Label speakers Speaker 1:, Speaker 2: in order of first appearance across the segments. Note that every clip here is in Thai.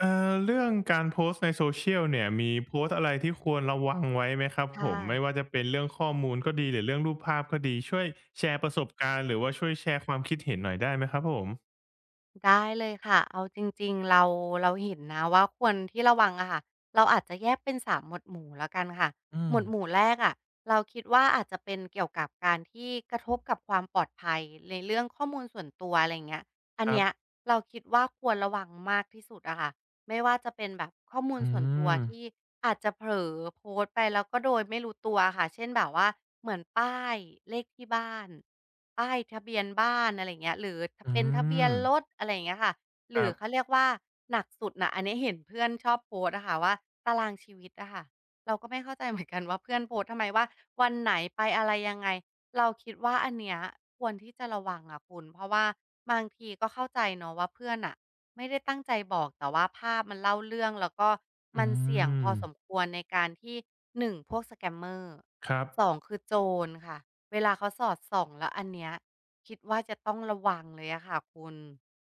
Speaker 1: เรื่องการโพสต์ใน Social เชียลเนี่ยมีโพสต์อะไรที่ควรระวังไว้ไหมครับผ
Speaker 2: ค่ะ
Speaker 1: มไม่ว่าจะเป็นเรื่องข้อมูลก็ดีหรือเรื่องรูปภาพก็ดีช่วยแชร์ประสบการณ์หรือว่าช่วยแชร์ความคิดเห็นหน่อยได้ไหมครับผม
Speaker 2: ได้เลยค่ะเอาจริงๆเราเห็นนะว่าควรที่ระวังอะค่ะเราอาจจะแยกเป็นสามหมวดหมู่แล้วกันค่ะ
Speaker 1: อื
Speaker 2: หม
Speaker 1: ม
Speaker 2: วดหมู่แรกอะเราคิดว่าอาจจะเป็นเกี่ยวกับการที่กระทบกับความปลอดภัยในเรื่องข้อมูลส่วนตัวอะไรเงี้ยอั
Speaker 1: ค
Speaker 2: น
Speaker 1: รับ
Speaker 2: เนี้ยเราคิดว่าควรระวังมากที่สุดอะค่ะไม่ว่าจะเป็นแบบข้อมูล
Speaker 1: อื
Speaker 2: ส่วนตัว
Speaker 1: ม
Speaker 2: ที่อาจจะเผลอโพสต์ไปแล้วก็โดยไม่รู้ตัวค่ะเช่นแบบว่าเหมือนป้ายเลขที่บ้าน ป้ายทะเบียนบ้านอะไรอย่างเงี้ยหรือ
Speaker 1: อื
Speaker 2: เป็นทะเบีย
Speaker 1: ม
Speaker 2: นรถอะไรอย่างเงี้ยค่ะห
Speaker 1: ค
Speaker 2: รื
Speaker 1: รั
Speaker 2: อเขา
Speaker 1: บ
Speaker 2: เรียกว่าหนักสุดน่ะอันนี้เห็นเพื่อนชอบโพสต์อะค่ะว่าตารางชีวิตอะค่ะเราก็ไม่เข้าใจเหมือนกันว่าเพื่อนโพสต์ทำไมว่าวันไหนไปอะไรยังไงเราคิดว่าอันเนี้ยควรที่จะระวังอะคุณเพราะว่าบางทีก็เข้าใจเนาะว่าเพื่อนน่ะไม่ได้ตั้งใจบอกแต่ว่าภาพมันเล่าเรื่องแล้วก็มั
Speaker 1: อื
Speaker 2: นเสี่ยงพอ
Speaker 1: ม
Speaker 2: สมควรในการที่1พวกสแกมเมอร์
Speaker 1: ครับ
Speaker 2: สองคือโจรค่ะเวลาเขาสอดส่องแล้วอันเนี้ยคิดว่าจะต้องระวังเลยอะค่ะคุณ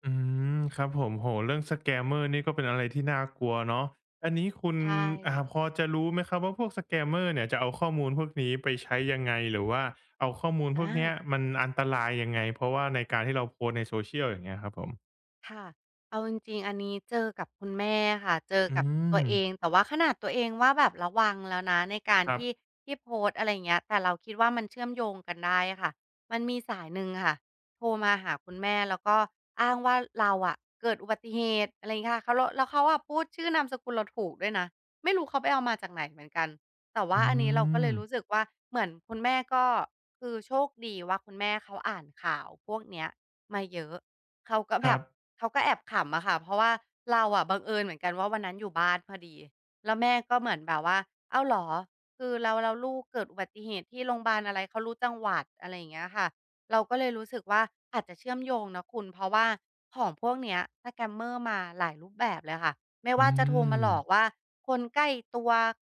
Speaker 1: อืมครับผมโหเรื่องสแกมเมอร์นี่ก็เป็นอะไรที่น่ากลัวเนาะอันนี้คุณ
Speaker 2: ใช่
Speaker 1: พอจะรู้ไหมครับว่าพวกสแกมเมอร์เนี่ยจะเอาข้อมูลพวกนี้ไปใช้ยังไงหรือว่าเอาข้อมูลพวกเนี้ย
Speaker 2: อา
Speaker 1: มันอันตรายยังไงเพราะว่าในการที่เราโพสต์ในโซเชียลอย่างเงี้ยครับผม
Speaker 2: ค่ะเอาจริงๆอันนี้เจอกับคุณแม่ค่ะเจอ
Speaker 1: อื
Speaker 2: กับตัว
Speaker 1: ม
Speaker 2: เองแต่ว่าขนาดตัวเองว่าแบบระวังแล้วนะในการ
Speaker 1: ครั
Speaker 2: ที่
Speaker 1: บ
Speaker 2: ที่โพสต์อะไรอย่างเงี้ยแต่เราคิดว่ามันเชื่อมโยงกันได้อะค่ะมันมีสายหนึ่งค่ะโทรมาหาคุณแม่แล้วก็อ้างว่าเราอะเกิดอุบัติเหตุอะไรอย่างเงี้ยค่ะเขาแล้วเขาอะพูดชื่อนามสกุลเราถูกด้วยนะไม่รู้เขาไปเอามาจากไหนเหมือนกันแต่ว่า
Speaker 1: อื
Speaker 2: อันนี้เราก็เล
Speaker 1: ม
Speaker 2: ยรู้สึกว่าเหมือนคุณแม่ก็คือโชคดีว่าคุณแม่เขาอ่านข่าวพวกเนี้ยมาเยอะเขาก็
Speaker 1: ค
Speaker 2: แบ
Speaker 1: รั
Speaker 2: บ
Speaker 1: บ
Speaker 2: เขาก็แอบขำอะค่ะเพราะว่าเราอะบังเอิญเหมือนกันว่าวันนั้นอยู่บ้านพอดีแล้วแม่ก็เหมือนแบบว่าอ้าวเหรอคือเราลูกเกิดอุบัติเหตุที่โรงพยาบาลอะไรเขารู้จังหวัดอะไรอย่างเงี้ยค่ะเราก็เลยรู้สึกว่าอาจจะเชื่อมโยงนะคุณเพราะว่าของพวกเนี้ย scammer มเมอร์มาหลายรูปแบบเลยค่ะไม่
Speaker 1: อื
Speaker 2: ว่าจะโทรมาห
Speaker 1: ม
Speaker 2: ลอกว่าคนใกล้ตัว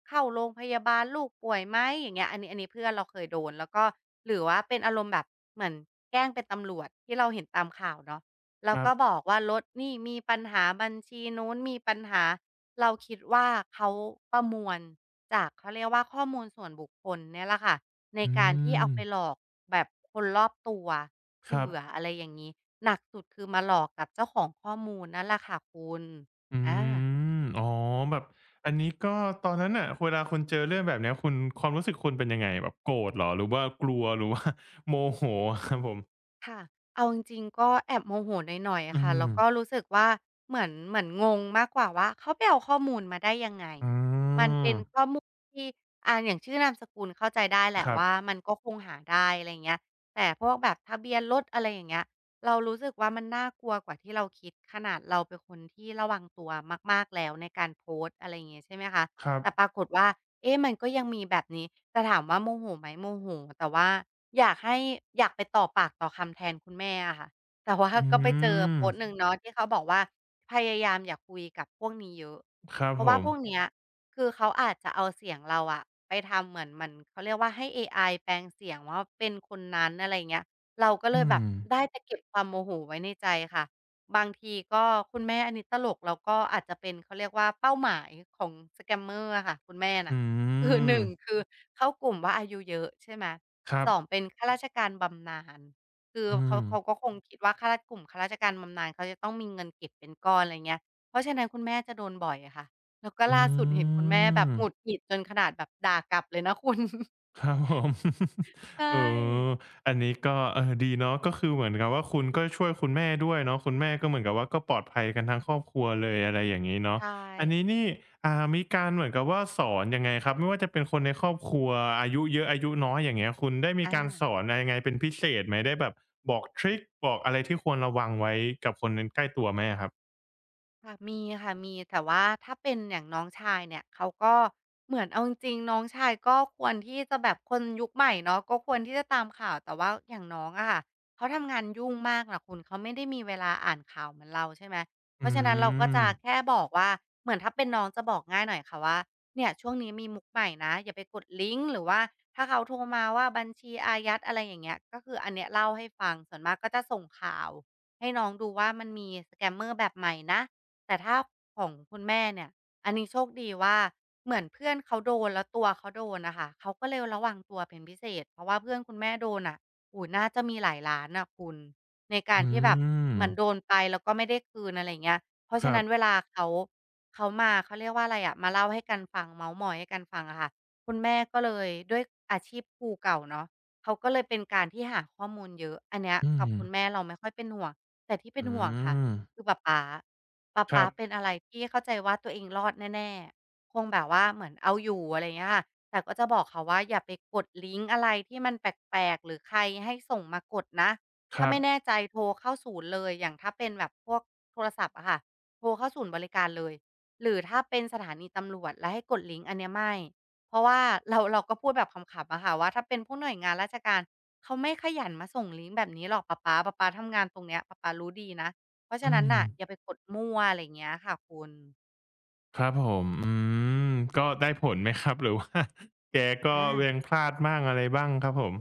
Speaker 2: เข้าโรงพยาบาลลูกป่วยไหมอย่างเงี้ยอันนี้เพื่อนเราเคยโดนแล้วก็หรือว่าเป็นอารมณ์แบบเหมือนแกล้งเป็นตำรวจที่เราเห็นตามข่าวเนาะ แล้
Speaker 1: ค
Speaker 2: ว
Speaker 1: รับ
Speaker 2: ก็บอกว่ารถนี่มีปัญหาบัญชีนู้นมีปัญหาเราคิดว่าเขาประมวลจากเขาเรียกว่าข้อมูลส่วนบุคคลเนี่ยแหละค่ะใน
Speaker 1: อื
Speaker 2: การที่
Speaker 1: ม
Speaker 2: เอาไปหลอกแบบคนรอบตัว
Speaker 1: ครั
Speaker 2: เผื่
Speaker 1: บ
Speaker 2: ออะไรอย่างงี้หนักสุดคือมาหลอกกับเจ้าของข้อมูลนั่นแหละค่ะคุณ
Speaker 1: อื
Speaker 2: อา
Speaker 1: มอ๋อแบบอันนี้ก็ตอนนั้นน่ะเวลาคุณเจอเรื่องแบบเนี้ยคุณความรู้สึกคุณเป็นยังไงแบบโกรธเหรอหรือว่ากลัวหรือว่า โมโหอะครับผม
Speaker 2: ค่ะเอาจริงๆก็แอบโมโหหน่อยๆ
Speaker 1: อื
Speaker 2: อะค่ะ แล้
Speaker 1: ม
Speaker 2: วก็รู้สึกว่าเหมือนงงมากกว่าว่าเขาไปเอาข้อมูลมาได้ยังไง
Speaker 1: อื
Speaker 2: มันเป็
Speaker 1: ม
Speaker 2: นข้อมูลที่อย่างชื่อนามสกุลเข้าใจได้แหละ
Speaker 1: ครับ
Speaker 2: ว่ามันก็คงหาได้อะไรอย่างเงี้ยแต่พวกแบบทะเบียนรถอะไรอย่างเงี้ยเรารู้สึกว่ามันน่ากลัวกว่าที่เราคิดขนาดเราเป็นคนที่ระวังตัวมากๆแล้วในการโพสต์อะไรอย่างงี้ใช่ไหมคะ
Speaker 1: ครับ
Speaker 2: แต่ปรากฏว่า เอ๊ะมันก็ยังมีแบบนี้แต่ถามว่าโมโหไหมโมโหแต่ว่าอยากให้อยากไปต่อปากต่อคำแทนคุณแม่อะค่ะแต่ว่า
Speaker 1: อื
Speaker 2: ก็ไปเจอ
Speaker 1: ม
Speaker 2: โพสต์หนึ่งเนาะที่เขาบอกว่าพยายามอย่าคุยกับพวกนี้เยอะ
Speaker 1: ครับ
Speaker 2: เพราะ
Speaker 1: ผ
Speaker 2: ว่า
Speaker 1: ม
Speaker 2: พวกเนี้ยคือเขาอาจจะเอาเสียงเราอะไปทำเหมือนเขาเรียกว่าให้เอไอแปลงเสียงว่าเป็นคนนั้นอะไรอย่างเงี้ยเราก็เล
Speaker 1: อื
Speaker 2: ยแบบ
Speaker 1: ม
Speaker 2: ได้แต่เก็บความโมโหไว้ในใจค่ะ บางทีก็คุณแม่อันนี้ตลกแล้วก็อาจจะเป็นเขาเรียกว่าเป้าหมายของ scammer อะค่ะคุณแม่น่ะ
Speaker 1: อื
Speaker 2: คือห
Speaker 1: ม
Speaker 2: นึ่งคือเข้ากลุ่มว่าอายุเยอะใช่ไหม
Speaker 1: ครั
Speaker 2: ส
Speaker 1: บ
Speaker 2: องเป็นข้าราชการบำนาญคือ
Speaker 1: อื
Speaker 2: เขา
Speaker 1: ม
Speaker 2: เขาก็คงคิดว่าข้าราชกลุ่มข้าราชการบำนาญเขาจะต้องมีเงินเก็บเป็นก้อนอะไรเงี้ยเพราะฉะนั้นคุณแม่จะโดนบ่อยอะค่ะแล้วก็
Speaker 1: อื
Speaker 2: ล่าสุดเห็นคุณแืม่แบบหงุด
Speaker 1: ม
Speaker 2: หงิดจนขนาดแบบด่ากลับเลยนะคุณ
Speaker 1: ครับผม
Speaker 2: ใช
Speaker 1: เออ
Speaker 2: ่
Speaker 1: อันนี้ก็เออดีเนาะก็คือเหมือนกับว่าคุณก็ช่วยคุณแม่ด้วยเนาะคุณแม่ก็เหมือนกับว่าก็ปลอดภัยกันทั้งครอบครัวเลยอะไรอย่างนี้เนาะ
Speaker 2: ใช่
Speaker 1: อันนี้นี่มีการเหมือนกับว่าสอนยังไงครับไม่ว่าจะเป็นคนในครอบครัวอายุเยอะอายุน้อยอย่างเงี้ยคุณได้มีการสอ
Speaker 2: อา
Speaker 1: นอะไรยังไงเป็นพิเศษไหมได้แบบบอกทริกบอกอะไรที่ควรระวังไว้กับคนนนใกล้ตัวไหมอะครับ
Speaker 2: ค่ะมีค่ะมีแต่ว่าถ้าเป็นอย่างน้องชายเนี่ยเขาก็เหมือนเอาจริงๆน้องชายก็ควรที่จะแบบคนยุคใหม่เนาะก็ควรที่จะตามข่าวแต่ว่าอย่างน้องอะค่ะเขาทำงานยุ่งมากนะคุณเขาไม่ได้มีเวลาอ่านข่าวเหมือนเราใช่ไหมเพ
Speaker 1: อื
Speaker 2: ราะฉะนั้นเราก็จะ
Speaker 1: ม
Speaker 2: แค่บอกว่าเหมือนถ้าเป็นน้องจะบอกง่ายหน่อยค่ะว่าเนี่ยช่วงนี้มีมุกใหม่นะอย่าไปกดลิงก์หรือว่าถ้าเขาโทรมาว่าบัญชีอายัดอะไรอย่างเงี้ยก็คืออันเนี้ยเล่าให้ฟังส่วนมากก็จะส่งข่าวให้น้องดูว่ามันมี s มเมอร์แบบใหม่นะ แต่ถ้าของคุณแม่เนี่ยอันนี้โชคดีว่าเหมือนเพื่อนเขาโดนแล้วตัวเขาโดนน่ะค่ะเขาก็เลยระวังตัวเป็นพิเศษเพราะว่าเพื่อนคุณแม่โดนน่ะโอ้โฮน่าจะมีหลายล้านน่ะคุณในการ
Speaker 1: อื
Speaker 2: ที่แบบ
Speaker 1: ม
Speaker 2: เหมือนโดนไปแล้วก็ไม่ได้คืนอะไรอย่างเงี้ยเพราะ
Speaker 1: ค
Speaker 2: ฉะ
Speaker 1: รั
Speaker 2: นั้นเว
Speaker 1: บ
Speaker 2: ลาเขามาเขาเรียกว่าอะไรอะมาเล่าให้กันฟังเม้าท์มอยให้กันฟังอะค่ะคุณแม่ก็เลยด้วยอาชีพครูเก่าเนาะเขาก็เลยเป็นการที่หาข้อมูลเยอะอันเนี้ย
Speaker 1: อื
Speaker 2: กั
Speaker 1: ม
Speaker 2: บคุณแม่เราไม่ค่อยเป็นห่วงแต่ที่เป็น
Speaker 1: อื
Speaker 2: ห่วงค่ะ
Speaker 1: ม
Speaker 2: คือป๊าป๊า ป๊า
Speaker 1: ครั
Speaker 2: ป๊า
Speaker 1: บ
Speaker 2: เป็นอะไรที่เข้าใจว่าตัวเองรอดแน่ๆคงแบบว่าเหมือนเอาอยู่อะไรอย่างเงี้ยค่ะแต่ก็จะบอกเขาว่าอย่าไปกดลิงก์อะไรที่มันแปลกๆหรือใครให้ส่งมากดนะ
Speaker 1: ค
Speaker 2: ถ้า
Speaker 1: รับ
Speaker 2: ไม่แน่ใจโทรเข้าศูนย์เลย อย่างถ้าเป็นแบบพวกโทรศัพท์อะค่ะโทรเข้าศูนย์บริการเลยหรือถ้าเป็นสถานีตำรวจแล้วให้กดลิงก์อันเนี้ยไม่เพราะว่าเราก็พูดแบบขำๆอะค่ะว่าถ้าเป็นพวกหน่วยงานราชการเขาไม่ขยันมาส่งลิงก์แบบนี้หรอกป๊าป๊าป๊าป๊าทำงานตรงเนี้ยป๊าป๊ารู้ดีนะ เพราะ
Speaker 1: อื
Speaker 2: ฉะนั้น
Speaker 1: ม
Speaker 2: น่ะอย่าไปกดมั่วอะไรอย่างเงี้ยค่ะคุณ
Speaker 1: ครับผม อืม ก็ได้ผลไหมครับหรือว่า แกก็
Speaker 2: อา
Speaker 1: ยังพลาดบ้างอะไรบ้างครับผม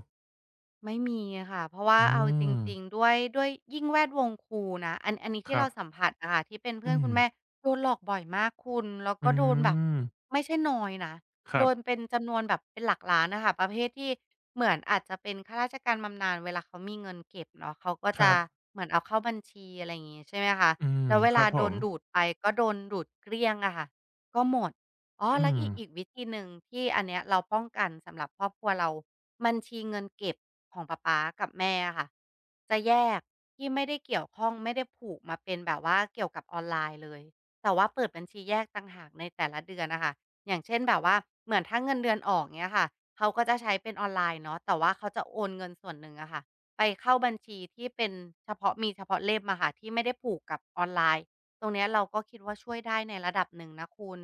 Speaker 2: ไม่มีค่ะเพราะว่า
Speaker 1: อื
Speaker 2: เอาจ
Speaker 1: ม
Speaker 2: ริงๆด้วยยิ่งแวดวงครูนะอันนี้
Speaker 1: ค
Speaker 2: ที่
Speaker 1: รั
Speaker 2: เราสัม
Speaker 1: บ
Speaker 2: ผัสอะค่ะที่เป็นเพื่อ
Speaker 1: อื
Speaker 2: นคุ
Speaker 1: ม
Speaker 2: ณแม่โดนหลอกบ่อยมากคุณแล้ว
Speaker 1: อื
Speaker 2: ก็โดนแบบ
Speaker 1: ม
Speaker 2: ไม่ใช่น้อยนะ
Speaker 1: ค
Speaker 2: โด
Speaker 1: รั
Speaker 2: น
Speaker 1: บ
Speaker 2: เป็นจำนวนแบบเป็นหลักล้านอะค่ะประเภทที่เหมือนอาจจะเป็นข้าราชการบำนาญเวลาเขามีเงินเก็บเนาะเขาก็
Speaker 1: ค
Speaker 2: จะ
Speaker 1: รับ
Speaker 2: เหมือนเอาเข้าบัญชีอะไรอย่างงี้ใช่ไหมคะ
Speaker 1: อืม
Speaker 2: แล้วเว
Speaker 1: ค
Speaker 2: ลา
Speaker 1: รับผ
Speaker 2: โดน
Speaker 1: ม
Speaker 2: ดูดไปก็โดนดูดเกลี้ยงอะค่ะก็หมด อ๋อ
Speaker 1: อื
Speaker 2: แล้ว
Speaker 1: ม
Speaker 2: อีกวิธีหนึ่งที่อันเนี้ยเราป้องกันสำหรับครอบครัวเราบัญชีเงินเก็บของป๊าป๊ากับแม่อะค่ะจะแยกที่ไม่ได้เกี่ยวข้องไม่ได้ผูกมาเป็นแบบว่าเกี่ยวกับออนไลน์เลยแต่ว่าเปิดบัญชีแยกต่างหากในแต่ละเดือนน่ะค่ะอย่างเช่นแบบว่าเหมือนถ้าเงินเดือนออกเงี้ยค่ะเขาก็จะใช้เป็นออนไลน์เนาะแต่ว่าเขาจะโอนเงินส่วนหนึ่งอะค่ะไปเข้าบัญชีที่เป็นเฉพาะมีเฉพาะเล่มอะค่ะที่ไม่ได้ผูกกับออนไลน์ตรงเนี้ยเราก็คิดว่าช่วยได้ในระดับหนึ่งนะคุณ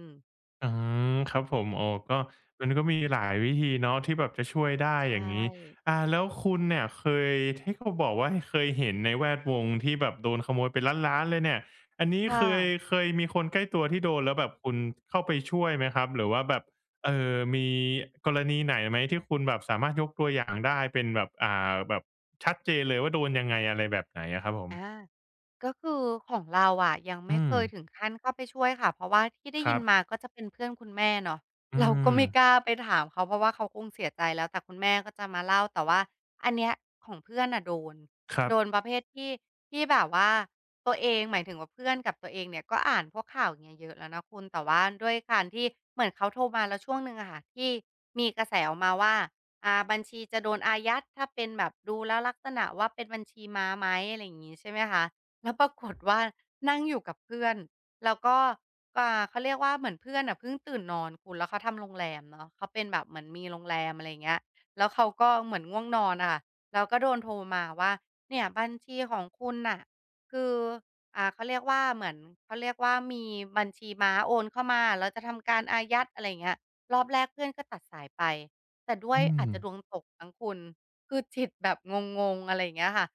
Speaker 1: อืมครับผมโอ้ก็มันก็มีหลายวิธีเนาะที่แบบจะช่วยได้อ
Speaker 2: ใช่
Speaker 1: ย่างงี้แล้วคุณเนี่ยเคยที่เขาบอกว่าเคยเห็นในแวดวงที่แบบโดนขโมยเป็นล้านๆเลยเนี่ยอันนี้เค
Speaker 2: ค่ะ
Speaker 1: ยเคยมีคนใกล้ตัวที่โดนแล้วแบบคุณเข้าไปช่วยไหมครับหรือว่าแบบมีกรณีไหนไหมที่คุณแบบสามารถยกตัวอย่างได้เป็นแบบแบบชัดเจนเลยว่าโดนยังไงอะไรแบบไหนอะครับผม
Speaker 2: อา ก็คือของเราอะยัง
Speaker 1: อื
Speaker 2: ไม่
Speaker 1: ม
Speaker 2: เคยถึงขั้นเข้าไปช่วยค่ะเพราะว่าที่ได้
Speaker 1: ค
Speaker 2: ยิ
Speaker 1: รั
Speaker 2: น
Speaker 1: บ
Speaker 2: มาก็จะเป็นเพื่อนคุณแม่เนาะ
Speaker 1: อื
Speaker 2: เราก็
Speaker 1: ม
Speaker 2: ไม่กล้าไปถามเขาเพราะว่าเขาคงเสียใจแล้วแต่คุณแม่ก็จะมาเล่าแต่ว่าอันเนี้ยของเพื่อนน่ะโดน
Speaker 1: ครั
Speaker 2: โดนป
Speaker 1: บ
Speaker 2: ระเภทที่ที่แบบว่าตัวเองหมายถึงว่าเพื่อนกับตัวเองเนี่ยก็อ่านพวกข่าวอย่างเงี้ยเยอะแล้วนะคุณแต่ว่าด้วยการที่เหมือนเขาโทรมาแล้วช่วงหนึ่งอะค่ะที่มีกระแสออกมาว่าบัญชีจะโดนอายัดถ้าเป็นแบบดูแล้วลักษณะว่าเป็นบัญชีม้าไหมอะไรอย่างงี้ใช่ไหมคะ แล้วปรากฏว่านั่งอยู่กับเพื่อนแล้วก็เขาเรียกว่าเหมือนเพื่อนน่ะเพิ่งตื่นนอนคุณแล้วเขาทำโรงแรมเนาะเขาเป็นแบบเหมือนมีโรงแรมอะไรอย่างเงี้ยแล้วเขาก็เหมือนง่วงนอนอะค่ะแล้วก็โดนโทรมาว่าเนี่ยบัญชีของคุณน่ะคือเขาเรียกว่าเหมือนเขาเรียกว่ามีบัญชีม้าโอนเข้ามาเราจะทำการอายัดอะไรอย่างเงี้ยรอบแรกเพื่อนก็ตัดสายไปแต่ด้วย
Speaker 1: อืม
Speaker 2: อาจจะดวงตกมั้งคุณคือจิตแบบงงๆอะไรอย่างเงี้ยค่ะ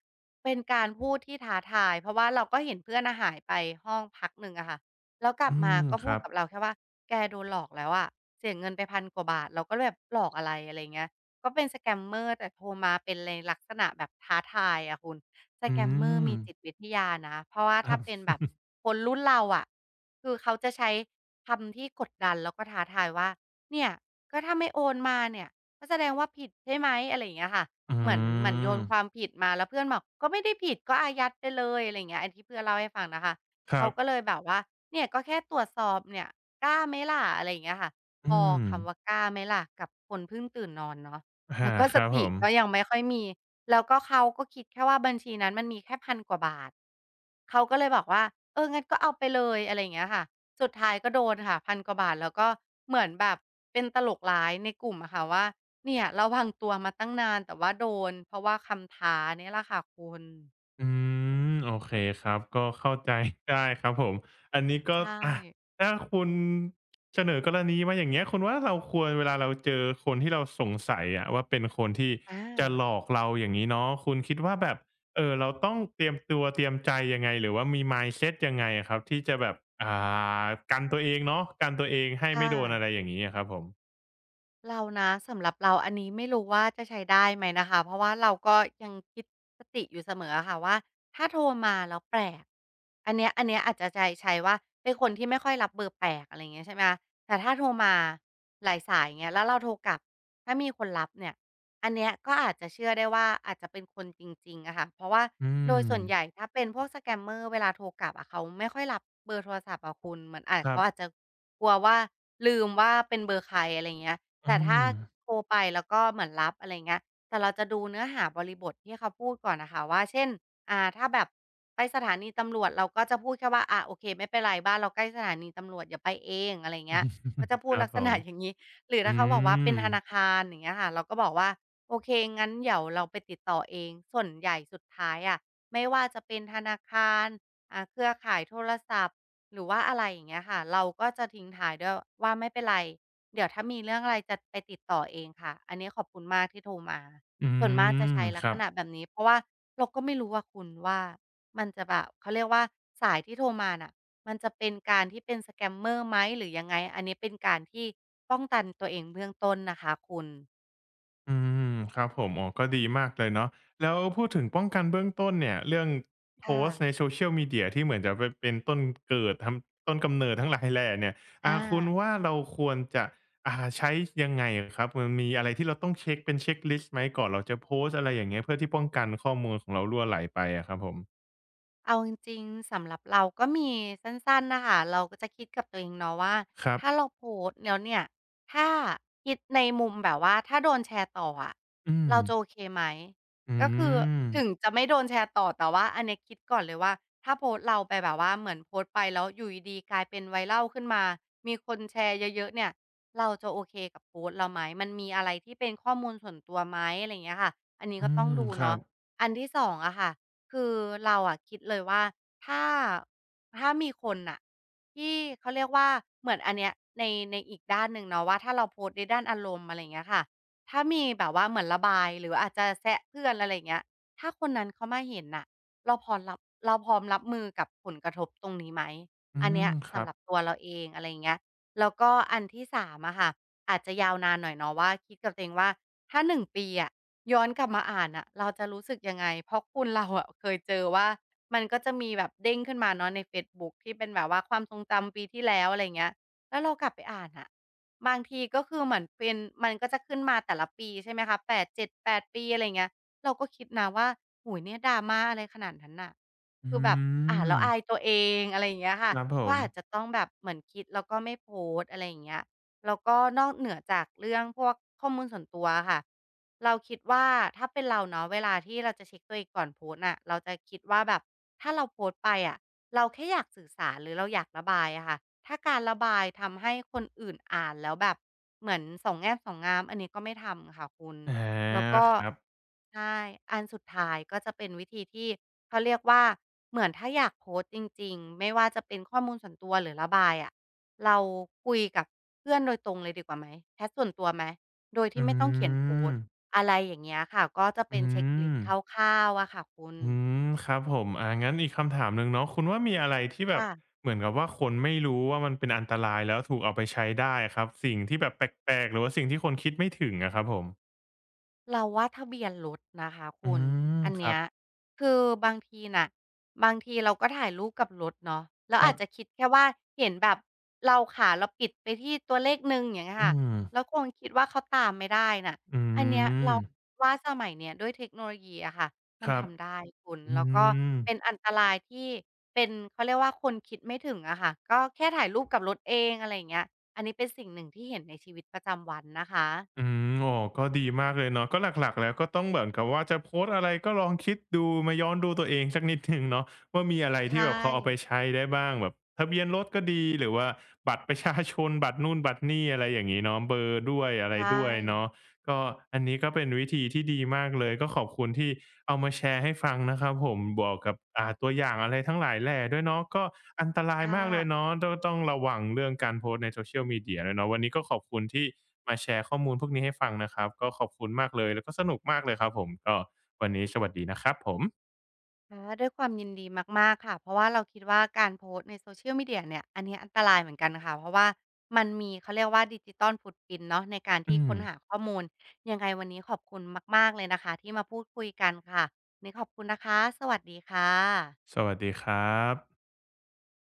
Speaker 2: เป็นการพูดที่ท้าทายเพราะว่าเราก็เห็นเพื่อนน่ะหายไปห้องพักหนึ่งอะค่ะแล้วกลั
Speaker 1: อื
Speaker 2: บมา
Speaker 1: ม
Speaker 2: ก็
Speaker 1: ค
Speaker 2: พูด
Speaker 1: รับ
Speaker 2: กับเราแค่ว่าแกโดนหลอกแล้วอะเสียเงินไปพันกว่าบาทเราก็เลยแบบหลอกอะไรอะไรเงี้ยก็เป็น scammer แต่โทรมาเป็นในลักษณะแบบท้าทายอะคุณ
Speaker 1: อื
Speaker 2: scammer
Speaker 1: ม
Speaker 2: มีจิตวิทยานะเพราะว่า
Speaker 1: ค
Speaker 2: ถ้า
Speaker 1: รับ
Speaker 2: เป็นแบบคนรุ่นเราอะคือเขาจะใช้คำที่กดดันแล้วก็ท้าทายว่าเนี่ยก็ถ้าไม่โอนมาเนี่ยก็แสดงว่าผิดใช่ไหมอะไรอย่างเงี้ยค่ะ
Speaker 1: อื
Speaker 2: เหมือนโย
Speaker 1: ม
Speaker 2: นความผิดมาแล้วเพื่อนบอกก็ไม่ได้ผิดก็อายัดไปเลยอะไรอย่างเงี้ยอันที่เพื่อนเล่าให้ฟังนะคะ
Speaker 1: ครั
Speaker 2: เขาก็เล
Speaker 1: บ
Speaker 2: ยแบบว่าเนี่ยก็แค่ตรวจสอบเนี่ยกล้าไหมล่ะอะไรอย่างเงี้ยค่ะพ
Speaker 1: อื
Speaker 2: อ
Speaker 1: ม
Speaker 2: คำว่ากล้าไหมล่ะกับคนเพิ่งตื่นนอนเนาะแล้
Speaker 1: อา
Speaker 2: วก็
Speaker 1: ค
Speaker 2: ส
Speaker 1: รับผ
Speaker 2: ติ
Speaker 1: ม
Speaker 2: ก็ยังไม่ค่อยมีแล้วก็เขาก็คิดแค่ว่าบัญชีนั้นมันมีแค่พันกว่าบาทเขาก็เลยบอกว่าเอองั้นก็เอาไปเลยอะไรอย่างเงี้ยค่ะ สุดท้ายก็โดนค่ะพันกว่าบาทแล้วก็เหมือนแบบเป็นตลกร้ายในกลุ่มอะค่ะว่าเนี่ยระวังตัวมาตั้งนานแต่ว่าโดนเพราะว่าคำท้าเนี่ยแหละค่ะคุณ
Speaker 1: อืมโอเคครับ ก็เข้าใจ ได้ครับผมอันนี้ก็
Speaker 2: ใช่
Speaker 1: อาถ้าคุณเสนอกรณีมาอย่างเงี้ยคุณว่าเราควรเวลาเราเจอคนที่เราสงสัยอะว่าเป็นคนที่
Speaker 2: อ
Speaker 1: จะห
Speaker 2: า
Speaker 1: ลอกเราอย่างนี้เนาะคุณคิดว่าแบบเออเราต้องเตรียมตัวเตรียมใจยังไงหรือว่ามี mindset ยังไงอะครับ ที่จะแบบอ่ากันตัวเองเนาะ กันตัวเองให้
Speaker 2: ค่ะ
Speaker 1: ไม่โดนอะไรอย่างนี้อะครับผม
Speaker 2: เรานะสำหรับเราอันนี้ไม่รู้ว่าจะใช้ได้ไหมนะคะเพราะว่าเราก็ยังคิดสติอยู่เสมออะค่ะว่าถ้าโทรมาแล้วแปลกอันเนี้ยอาจจะใจใช้ว่าเป็นคนที่ไม่ค่อยรับเบอร์แปลกอะไรอย่างเงี้ยใช่ไหมคะแต่ถ้าโทรมาหลายสายเงี้ยแล้วเราโทรกลับถ้ามีคนรับเนี่ยอันเนี้ยก็อาจจะเชื่อได้ว่าอาจจะเป็นคนจริงๆ อะค่ะเพราะว่า
Speaker 1: อื
Speaker 2: โด
Speaker 1: ม
Speaker 2: ยส่วนใหญ่ถ้าเป็นพวกสแกม a มอ e ์เวลาโทรกลับอะเขาไม่ค่อยรับเบอร์โทรศัพท์อะคุณเหมือนอาจ
Speaker 1: ครั
Speaker 2: เขาอาจ
Speaker 1: บ
Speaker 2: จะกลัวว่าลืมว่าเป็นเบอร์ใครอะไรเงี้ย
Speaker 1: อื
Speaker 2: แต่ถ้า
Speaker 1: ม
Speaker 2: โทรไปแล้วก็เหมือนรับอะไรเงี้ยแต่เราจะดูเนื้อหาบริบทที่เขาพูดก่อนน่ะค่ะว่าเช่นถ้าแบบไปสถานีตำรวจเราก็จะพูดแค่ว่าอาโอเคไม่เป็นไรบ้านเราใกล้สถานีตำรวจอย่าไปเองอะไรเงี้ยก็จะ พู
Speaker 1: ค
Speaker 2: ด
Speaker 1: รั
Speaker 2: ลั
Speaker 1: บ
Speaker 2: ก
Speaker 1: ผ
Speaker 2: ษณะ
Speaker 1: ม
Speaker 2: อย่างงี้หรือ
Speaker 1: อื
Speaker 2: ถ้าเขาบอกว่าเป็
Speaker 1: ม
Speaker 2: นธนาคารอย่างเงี้ยค่ะเราก็บอกว่าโอเคงั้นเดี๋ยวเราไปติดต่อเองส่วนใหญ่สุดท้ายอะไม่ว่าจะเป็นธนาคารเครือข่ายโทรศัพท์หรือว่าอะไรอย่างเงี้ยค่ะเราก็จะทิ้งท้ายด้วยว่าไม่เป็นไร เดี๋ยวถ้ามีเรื่องอะไรจะไปติดต่อเองค่ะ อันนี้ขอบคุณมากที่โทรมา
Speaker 1: อื
Speaker 2: ส่วนมากจะ
Speaker 1: ม
Speaker 2: ใช้ลั
Speaker 1: ค
Speaker 2: กษ
Speaker 1: รับ
Speaker 2: ณะแบบนี้เพราะว่าเราก็ไม่รู้อะคุณว่ามันจะแบบเขาเรียกว่าสายที่โทรมาน่ะมันจะเป็นการที่เป็นสแกมเมอร์ไหมหรือยังไงอันนี้เป็นการที่ป้องกันตัวเองเบื้องต้นนะคะคุณ
Speaker 1: อืมครับผมอ๋อก็ดีมากเลยเนาะแล้วพูดถึงป้องกันเบื้องต้นเนี่ย เรื่องโพ
Speaker 2: ค่ะ
Speaker 1: สต์ใน Social Media ที่เหมือนจะไปเป็นต้นเกิดทำต้นกำเนิดทั้งหลายแหล่เนี่ย
Speaker 2: อา
Speaker 1: คุณว่าเราควรจะใช้ยังไงอะครับมันมีอะไรที่เราต้องเช็กเป็นเช็กลิสต์ไหมก่อนเราจะโพสต์อะไรอย่างเงี้ยเพื่อที่ป้องกันข้อมูลของเรารั่วไหลไปอะครับผม
Speaker 2: เอาจริงๆสำหรับเราก็มีสั้นๆนะคะเราก็จะคิดกับตัวเองเนาะว่า
Speaker 1: ครั
Speaker 2: ถ้า
Speaker 1: บ
Speaker 2: เราโพสต์แล้วเนี่ยถ้าคิดในมุมแบบว่าถ้าโดนแชร์ต่ออะ
Speaker 1: อืม
Speaker 2: เราจะโอเคไหม
Speaker 1: อื
Speaker 2: ก็คือ
Speaker 1: ม
Speaker 2: ถึงจะไม่โดนแชร์ต่อแต่ว่าอันเนี้ยคิดก่อนเลยว่าถ้าโพสต์เราไปแบบว่าเหมือนโพสต์ไปแล้วอยู่ดีๆกลายเป็นไว r a l ขึ้นมามีคนแชร์เยอะๆเนี่ยเราจะโอเคกับโพสต์เราไหมมันมีอะไรที่เป็นข้อมูลส่วนตัวไหมอะไรอย่างเงี้ยค่ะอันนี้
Speaker 1: อื
Speaker 2: ก็ต้อง
Speaker 1: ม
Speaker 2: ดู
Speaker 1: ครั
Speaker 2: เนาะ
Speaker 1: บ
Speaker 2: อันที่สองอะค่ะ คือเราอะคิดเลยว่าถ้าถ้ามีคนน่ะที่เขาเรียกว่าเหมือนอันเนี้ยในในอีกด้านหนึ่งเนาะว่าถ้าเราโพสต์ในด้านอารมณ์อะไรอย่างเงี้ยค่ะถ้ามีแบบว่าเหมือนระบายหรืออาจจะแซะเพื่อนอะไรอย่างเงี้ยถ้าคนนั้นเขามาเห็นน่ะเราพร้อมรับเราพร้อมรับมือกับผลกระทบตรงนี้ไหม
Speaker 1: อื
Speaker 2: อันเนี้
Speaker 1: ม
Speaker 2: ย
Speaker 1: ครั
Speaker 2: สำห
Speaker 1: บ
Speaker 2: รับตัวเราเองอะไรอย่างเงี้ยแล้วก็อันที่สามอะค่ะอาจจะยาวนานหน่อยเนาะว่าคิดกับตัวเองว่าถ้า1ปีอะ ย้อนกลับมาอ่านน่ะเราจะรู้สึกยังไงเพราะคุณเราอะเคยเจอว่ามันก็จะมีแบบเด้งขึ้นมาเนาะในเฟซบุ๊กที่เป็นแบบว่าความทรงจำปีที่แล้วอะไรอย่างเงี้ยแล้วเรากลับไปอ่านน่ะบางทีก็คือเหมือนเป็นมันก็จะขึ้นมาแต่ละปีใช่ไหมคะ8 7 8ปดปีอะไรอย่างเงี้ยเราก็คิดนะว่าโอ้โฮเนี่ย drama อะไรขนาดนั้นน่ะ
Speaker 1: อื
Speaker 2: คือแบบอ่าน
Speaker 1: ม
Speaker 2: แล้วอายตัวเองอะไรอย่างเงี้ย
Speaker 1: ค
Speaker 2: ค่ะ
Speaker 1: รับผ
Speaker 2: ก็
Speaker 1: ม
Speaker 2: อาจจะต้องแบบเหมือนคิดแล้วก็ไม่โพสต์อะไรอย่างเงี้ย แล้วก็นอกเหนือจากเรื่องพวกข้อมูลส่วนตัวอะค่ะเราคิดว่าถ้าเป็นเราเนาะเวลาที่เราจะเช็กตัวเองก่อนโพสต์น่ะเราจะคิดว่าแบบถ้าเราโพสต์ไปอะเราแค่อยากสื่อสารหรือเราอยากระบายอะค่ะถ้าการระบายทำให้คนอื่นอ่านแล้วแบบเหมือนสองแง่สองงามอันนี้ก็ไม่ทำค่ะคุณ
Speaker 1: อา
Speaker 2: แล้วก็
Speaker 1: ครับ
Speaker 2: ใช่อันสุดท้ายก็จะเป็นวิธีที่เขาเรียกว่าเหมือนถ้าอยากโพสต์จริงๆไม่ว่าจะเป็นข้อมูลส่วนตัวหรือระบายอะเราคุยกับเพื่อนโดยตรงเลยดีกว่าไหมแชตส่วนตัวไหมโดย
Speaker 1: อื
Speaker 2: ที่ไม่ต้องเขียนโพส
Speaker 1: ม
Speaker 2: ต์อะไรอย่างเงี้ยค่ะก็จะ
Speaker 1: อื
Speaker 2: เป็นเช็กลิส
Speaker 1: ม
Speaker 2: ต์คร่าวๆอะค่ะคุณ
Speaker 1: อืมครับผมอางั้นอีกคำถามหนึ่งเนาะคุณว่ามีอะไรที่แบบ
Speaker 2: ค่ะ
Speaker 1: เหมือนกับว่าคนไม่รู้ว่ามันเป็นอันตรายแล้วถูกเอาไปใช้ได้อะครับสิ่งที่แบบแปลกๆหรือว่าสิ่งที่คนคิดไม่ถึงอะครับผม
Speaker 2: เราว่าทะเบียนรถนะคะ
Speaker 1: อื
Speaker 2: คุณ
Speaker 1: ม
Speaker 2: อัน
Speaker 1: ครั
Speaker 2: เนี้
Speaker 1: บ
Speaker 2: ยคือบางทีน่ะบางทีเราก็ถ่ายรูปกับรถเนาะแล้ว
Speaker 1: ครั
Speaker 2: อาจจะ
Speaker 1: บ
Speaker 2: คิดแค่ว่าเห็นแบบเราขาเราปิดไปที่ตัวเลขหนึ่งอย่างเงี้ย
Speaker 1: อื
Speaker 2: ค่ะ
Speaker 1: ม
Speaker 2: แล้วคงคิดว่าเขาตามไม่ได้น่ะ
Speaker 1: อื
Speaker 2: อันเนี้ย
Speaker 1: ม
Speaker 2: เราว่าสมัยเนี้ยด้วยเทคโนโลยีอะค่ะมั
Speaker 1: ค
Speaker 2: น
Speaker 1: รับ
Speaker 2: ทำได้คุณ
Speaker 1: อื
Speaker 2: แล้วก็
Speaker 1: ม
Speaker 2: เป็นอันตรายที่เป็นเขาเรียกว่าคนคิดไม่ถึงอะค่ะก็แค่ถ่ายรูปกับรถเองอะไรอย่างเงี้ยอันนี้เป็นสิ่งหนึ่งที่เห็นในชีวิตประจำวันนะ
Speaker 1: อื
Speaker 2: คะ
Speaker 1: มโอ้ก็ดีมากเลยเนาะก็หลักๆแล้วก็ต้องเหมือนกับว่าจะโพสต์อะไรก็ลองคิดดูมาย้อนดูตัวเองสักนิดหนึ่งเนาะว่ามีอะไรที่
Speaker 2: ใช่
Speaker 1: แบบเขาเอาไปใช้ได้บ้างแบบทะเบียนรถก็ดีหรือว่าบัตรประชาชนบัตรนู่นบัตรนี่อะไรอย่างงี้เนาะเบอร์ด้วยอะไร
Speaker 2: ใช่
Speaker 1: ด้วยเนาะ ก็อันนี้ก็เป็นวิธีที่ดีมากเลยก็ขอบคุณที่เอามาแชร์ให้ฟังนะครับผมบวกกับตัวอย่างอะไรทั้งหลายแหล่ด้วยเนาะก็อันตราย
Speaker 2: ค่ะ
Speaker 1: มากเลยเนาะต้องต้องระวังเรื่องการโพสต์ใน Social Media ด้วยเนาะวันนี้ก็ขอบคุณที่มาแชร์ข้อมูลพวกนี้ให้ฟังนะครับก็ขอบคุณมากเลยแล้วก็สนุกมากเลยครับผมก็วันนี้สวัสดีนะครับผม
Speaker 2: ค่ะด้วยความยินดีมาก ๆ ค่ะ เพราะว่าเราคิดว่าการโพสต์ใน Social Media เนี่ย อันเนี้ยอันตรายเหมือนกันค่ะ เพราะว่ามันมีเขาเรียกว่า Digital Footprint เนาะในการที่
Speaker 1: อืม
Speaker 2: ค้นหาข้อมูล ยังไงวันนี้ขอบคุณมาก ๆ เลยนะคะที่มาพูดคุยกันค่ะวันนี้ขอบคุณนะคะ สวัสดีค่ะ
Speaker 1: สวัสดีครับ